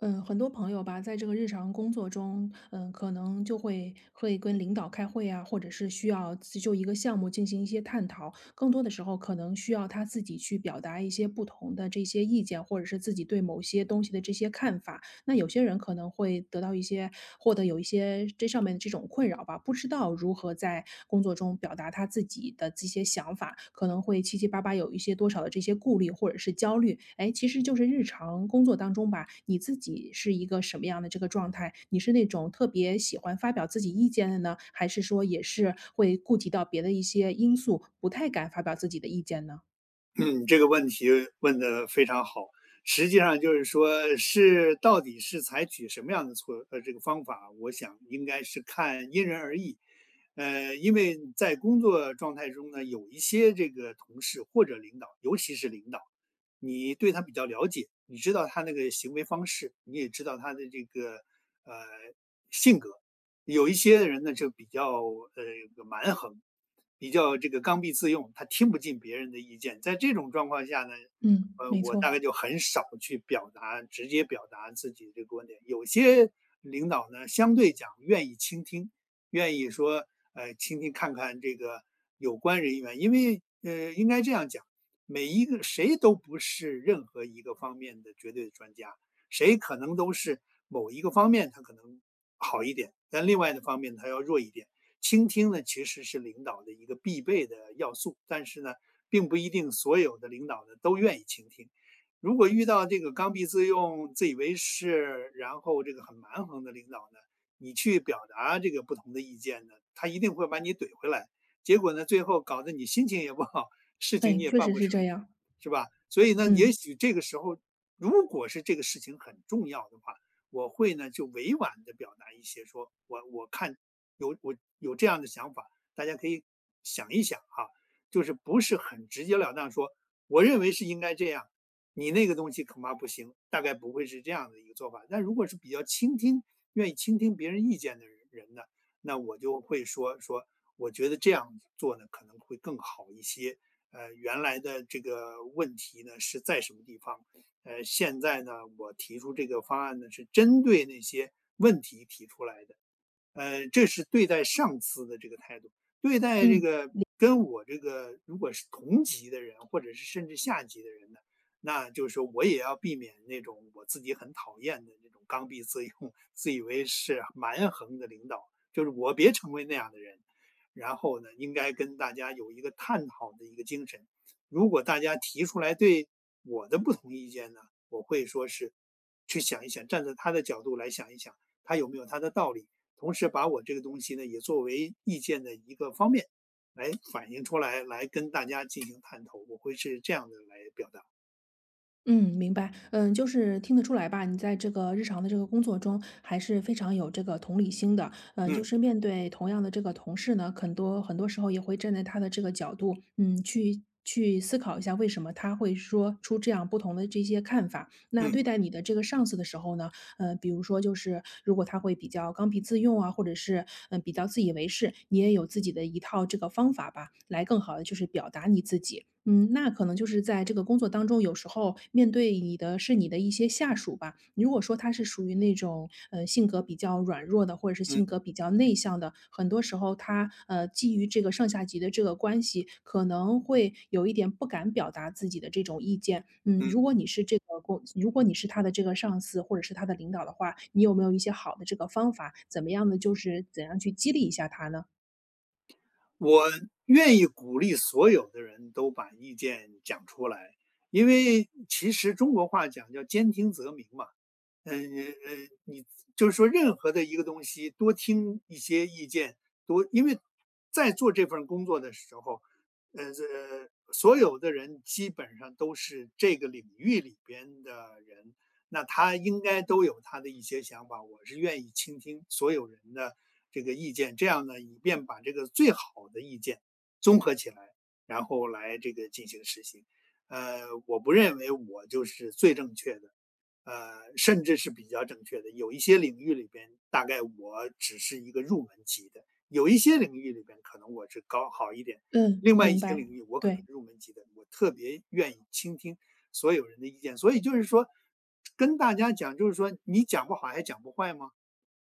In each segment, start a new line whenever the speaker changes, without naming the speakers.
嗯，很多朋友吧，在这个日常工作中，可能就会跟领导开会啊，或者是需要自就一个项目进行一些探讨。更多的时候，可能需要他自己去表达一些不同的这些意见，或者是自己对某些东西的这些看法。那有些人可能会得到一些获得有一些这上面的这种困扰吧，不知道如何在工作中表达他自己的这些想法，可能会七七八八有一些多少的这些顾虑或者是焦虑。哎，其实就是日常工作当中吧，你自己是一个什么样的这个状态？你是那种特别喜欢发表自己意见的呢，还是说也是会顾及到别的一些因素，不太敢发表自己的意见呢？
嗯，这个问题问得非常好。实际上就是说，是到底是采取什么样的这个方法，我想应该是看因人而异。因为在工作状态中呢，有一些这个同事或者领导，尤其是领导，你对他比较了解，你知道他那个行为方式，你也知道他的这个呃性格。有一些人呢就比较有个蛮横，比较这个刚愎自用，他听不进别人的意见。在这种状况下呢，
嗯，没
我
错。
大概就很少去表达，直接表达自己这个观点。有些领导呢，相对讲愿意倾听，愿意说倾听看看这个有关人员，因为应该这样讲，每一个谁都不是任何一个方面的绝对的专家。谁可能都是某一个方面他可能好一点，但另外的方面他要弱一点。倾听呢，其实是领导的一个必备的要素，但是呢，并不一定所有的领导呢都愿意倾听。如果遇到这个刚愎自用、自以为是，然后这个很蛮横的领导呢，你去表达这个不同的意见呢，他一定会把你怼回来。结果呢，最后搞得你心情也不好，事情你
哎，
也
确
办
实
不
是这
成，
样。
是吧？所以呢，也
嗯。
许这个时候如果是这个事情很重要的话，我会呢就委婉的表达一些说，我看有我有这样的想法，大家可以想一想哈、就是不是很直截了当说，我认为是应该这样，你那个东西恐怕不行，大概不会是这样的一个做法。但如果是比较倾听、愿意倾听别人意见的人呢，那我就会说说，我觉得这样做呢可能会更好一些。原来的这个问题呢是在什么地方？现在呢，我提出这个方案呢，是针对那些问题提出来的。这是对待上司的这个态度，对待这
嗯。
个跟我这个如果是同级的人，或者是甚至下级的人呢，那就是说我也要避免那种我自己很讨厌的那种刚愎自用、自以为是、蛮横的领导，就是我别成为那样的人。然后呢，应该跟大家有一个探讨的一个精神。如果大家提出来对我的不同意见呢，我会说是去想一想，站在他的角度来想一想，他有没有他的道理。同时把我这个东西呢也作为意见的一个方面来反映出来，来跟大家进行探讨。我会是这样的来表达。
嗯，明白。嗯，就是听得出来吧，你在这个日常的这个工作中，还是非常有这个同理心的。嗯，就
嗯
是面对同样的这个同事呢，很多很多时候也会站在他的这个角度，去思考一下为什么他会说出这样不同的这些看法。那
嗯嗯
对待你的这个上司的时候呢，比如说就是如果他会比较刚愎自用啊，或者是比较自以为是，你也有自己的一套这个方法吧，来更好的就是表达你自己。嗯，那可能就是在这个工作当中，有时候面对你的是你的一些下属吧。如果说他是属于那种性格比较软弱的，或者是
嗯。
性格比较内向的，很多时候他基于这个上下级的这个关系，可能会有一点不敢表达自己的这种意见。嗯，
嗯，
如果你是他的这个上司或者是他的领导的话，你有没有一些好的这个方法？怎么样呢？就是怎样去激励一下他呢？
我愿意鼓励所有的人都把意见讲出来，因为其实中国话讲叫兼听则明嘛。嗯呃，你就是说任何的一个东西，多听一些意见，多因为在做这份工作的时候，这所有的人基本上都是这个领域里边的人，那他应该都有他的一些想法，我是愿意倾听所有人的这个意见，这样呢，以便把这个最好的意见综合起来，然后来这个进行实行。呃，我不认为我就是最正确的，甚至是比较正确的。有一些领域里边，大概我只是一个入门级的；有一些领域里边，可能我是高好一点；
嗯，
另外一
明
些
白。
领域，我可能
对，
入门级的。我特别愿意倾听。所有人的意见。所以就是说，跟大家讲，就是说你讲不好还讲不坏吗？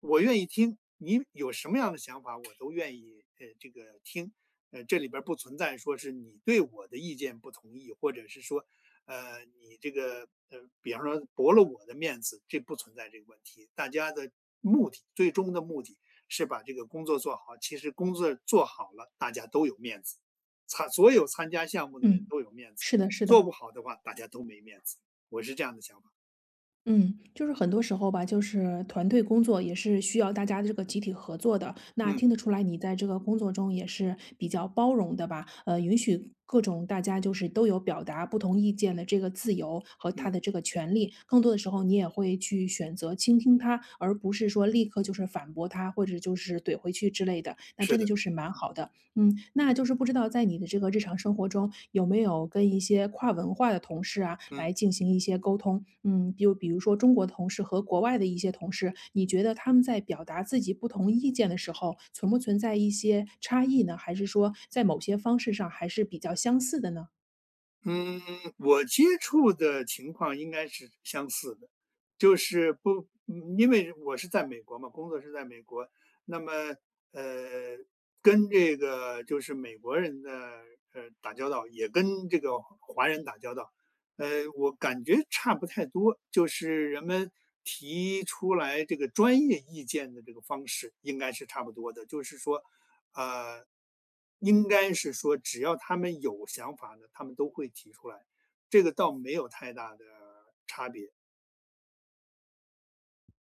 我愿意听，你有什么样的想法，我都愿意这个听。这里边不存在说是你对我的意见不同意，或者是说，你这个比方说驳了我的面子，这不存在这个问题。大家的目的，最终的目的是把这个工作做好。其实工作做好了，大家都有面子，参所有参加项目的人
嗯，
都有面子。
是的，是
做
的。
不好的话，大家都没面子。我是这样的想法。
嗯，就是很多时候吧，就是团队工作也是需要大家这个集体合作的。那
嗯
听得出来，你在这个工作中也是比较包容的吧？允许各种大家就是都有表达不同意见的这个自由和他
嗯，
的这个权利。更多的时候，你也会去选择倾听他，而不是说立刻就是反驳他，或者就是怼回去之类的。那
是
真的
的，
就是蛮好的。嗯，那就是不知道在你的这个日常生活中，有没有跟一些跨文化的同事啊，
嗯。
来进行一些沟通？嗯，就比如说中国同事和国外的一些同事，你觉得他们在表达自己不同意见的时候，存不存在一些差异呢？还是说在某些方式上还是比较相似的呢？
嗯，我接触的情况应该是相似的，就是不，因为我是在美国嘛，工作是在美国，那么，呃，跟这个就是美国人的打交道，也跟这个华人打交道，呃，我感觉差不太多，就是人们提出来这个专业意见的这个方式应该是差不多的，就是说呃，应该是说只要他们有想法呢，他们都会提出来，这个倒没有太大的差别。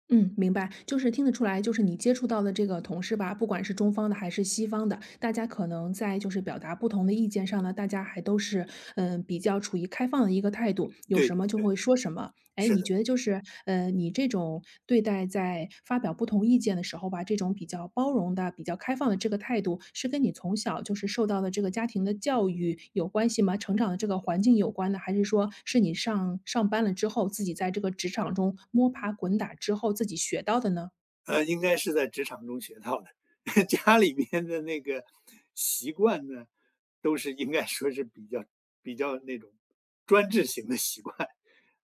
嗯，明白，就是听得出来，就是你接触到的这个同事吧，不管是中方的还是西方的，大家可能在就是表达不同的意见上呢，大家还都是比较处于开放的一个态度，有
对
什
对
么就
对，
会说什么。哎，
是
你
的。
觉得就是，你这种对待在发表不同意见的时候吧，这种比较包容的、比较开放的这个态度，是跟你从小就是受到的这个家庭的教育有关系吗？成长的这个环境有关的，还是说是你上班了之后，自己在这个职场中摸爬滚打之后自己学到的呢？
应该是在职场中学到的。家里面的那个习惯呢，都是应该说是比较比较那种专制型的习惯，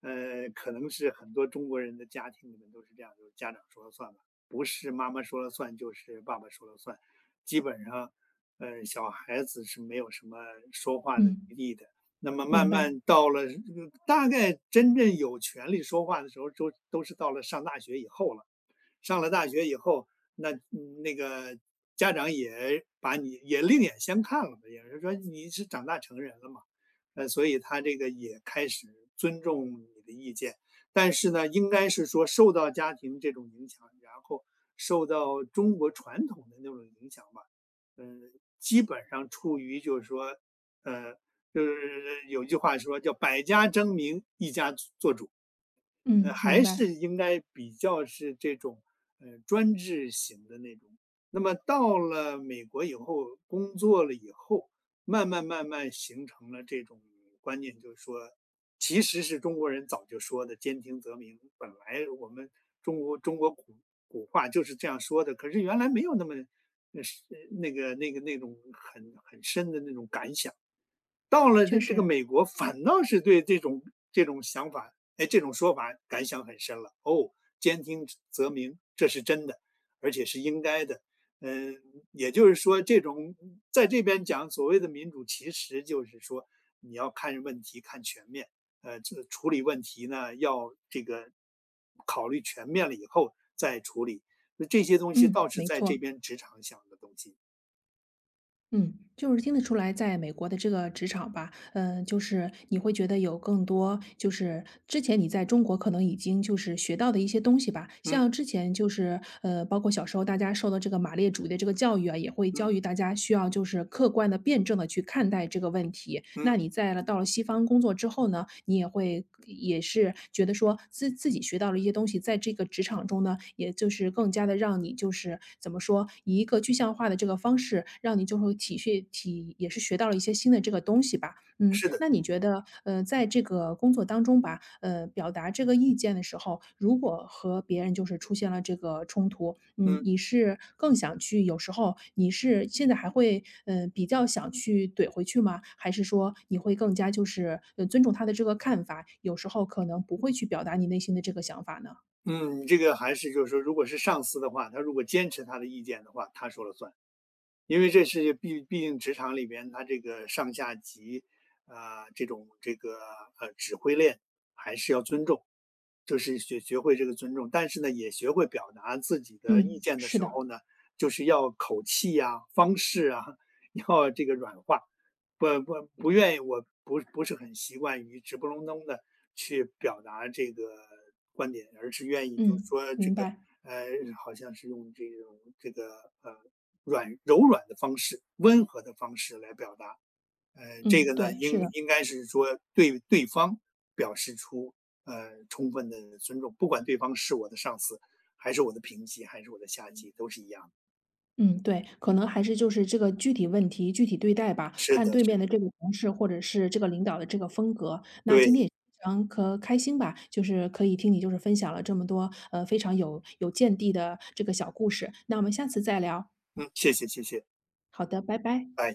可能是很多中国人的家庭里面都是这样，就是家长说了算吧，不是妈妈说了算，就是爸爸说了算。基本上，小孩子是没有什么说话的
嗯，
余地的。那么
明
慢
白，
慢到了，大概真正有权利说话的时候，都是到了上大学以后了。上了大学以后，那那个家长也把你也另眼相看了嘛，也是说你是长大成人了嘛，所以他这个也开始尊重你的意见，但是呢，应该是说受到家庭这种影响，然后受到中国传统的那种影响吧，嗯、基本上处于就是说，呃，就是有句话说叫“百家争鸣，一家做主”，
嗯，明
还
白，
是应该比较是这种，专制型的那种。那么到了美国以后，工作了以后，慢慢慢慢形成了这种观念，就是说，其实是中国人早就说的“兼听则明”，本来我们中国古话就是这样说的，可是原来没有那么，是那个那种很深的那种感想。到了这
确
这个
实，
美国，反倒是对这种这种想法，哎，这种说法感想很深了。哦，兼听则明，这是真的，而且是应该的。嗯、呃也就是说，这种在这边讲所谓的民主，其实就是说你要看问题看全面，这处理问题呢要这个考虑全面了以后再处理。那这些东西
嗯，
倒是
没
在
错，
这边职场想的东西。
嗯，就是听得出来，在美国的这个职场吧，嗯，就是你会觉得有更多，就是之前你在中国可能已经就是学到的一些东西吧。
嗯
像之前就是包括小时候大家受的这个马列主义的这个教育啊，也会
嗯
教育大家需要就是客观的、辩证的去看待这个问题。
嗯，
那你在了到了西方工作之后呢，你也会也是觉得说自己学到了一些东西，在这个职场中呢，也就是更加的让你就是怎么说，以一个具象化的这个方式，让你就会体恤体也是学到了一些新的这个东西吧。嗯，
是的，
那你觉得，在这个工作当中吧，表达这个意见的时候，如果和别人就是出现了这个冲突，嗯，
嗯。
你是更想去有时候你是现在还会，比较想去怼回去吗？还是说你会更加就是，尊重他的这个看法，有时候可能不会去表达你内心的这个想法呢？
嗯，这个还是就是说，如果是上司的话，他如果坚持他的意见的话，他说了算。因为这是毕毕竟职场里边，它这个上下级，啊、这种这个指挥链还是要尊重，就是学学会这个尊重，但是呢，也学会表达自己的意
嗯，
见的
是
时
的，
候呢，就是要口气啊、方式啊，要这个软化，不愿意，我不是很习惯于直不隆咚的去表达这个观点，而是愿意就是
嗯，
说这
明
个
白，
呃，好像是用这种这个呃软柔软的方式、温和的方式来表达。这
嗯，
个呢，
对，
应
是的。
应该是说对对方表示出充分的尊重，不管对方是我的上司，还是我的平级，还是我的下级，都是一样的。
嗯，对，可能还是就是这个具体问题具体对待吧，
是
看
的，
对
是
面的
的，
这个同事或者是这个领导的这个风格。那今天也
对，
非常可开心吧，就是可以听你就是分享了这么多，非常有见地的这个小故事。那我们下次再聊。
嗯，谢谢，谢谢，
好的，拜拜。
哎。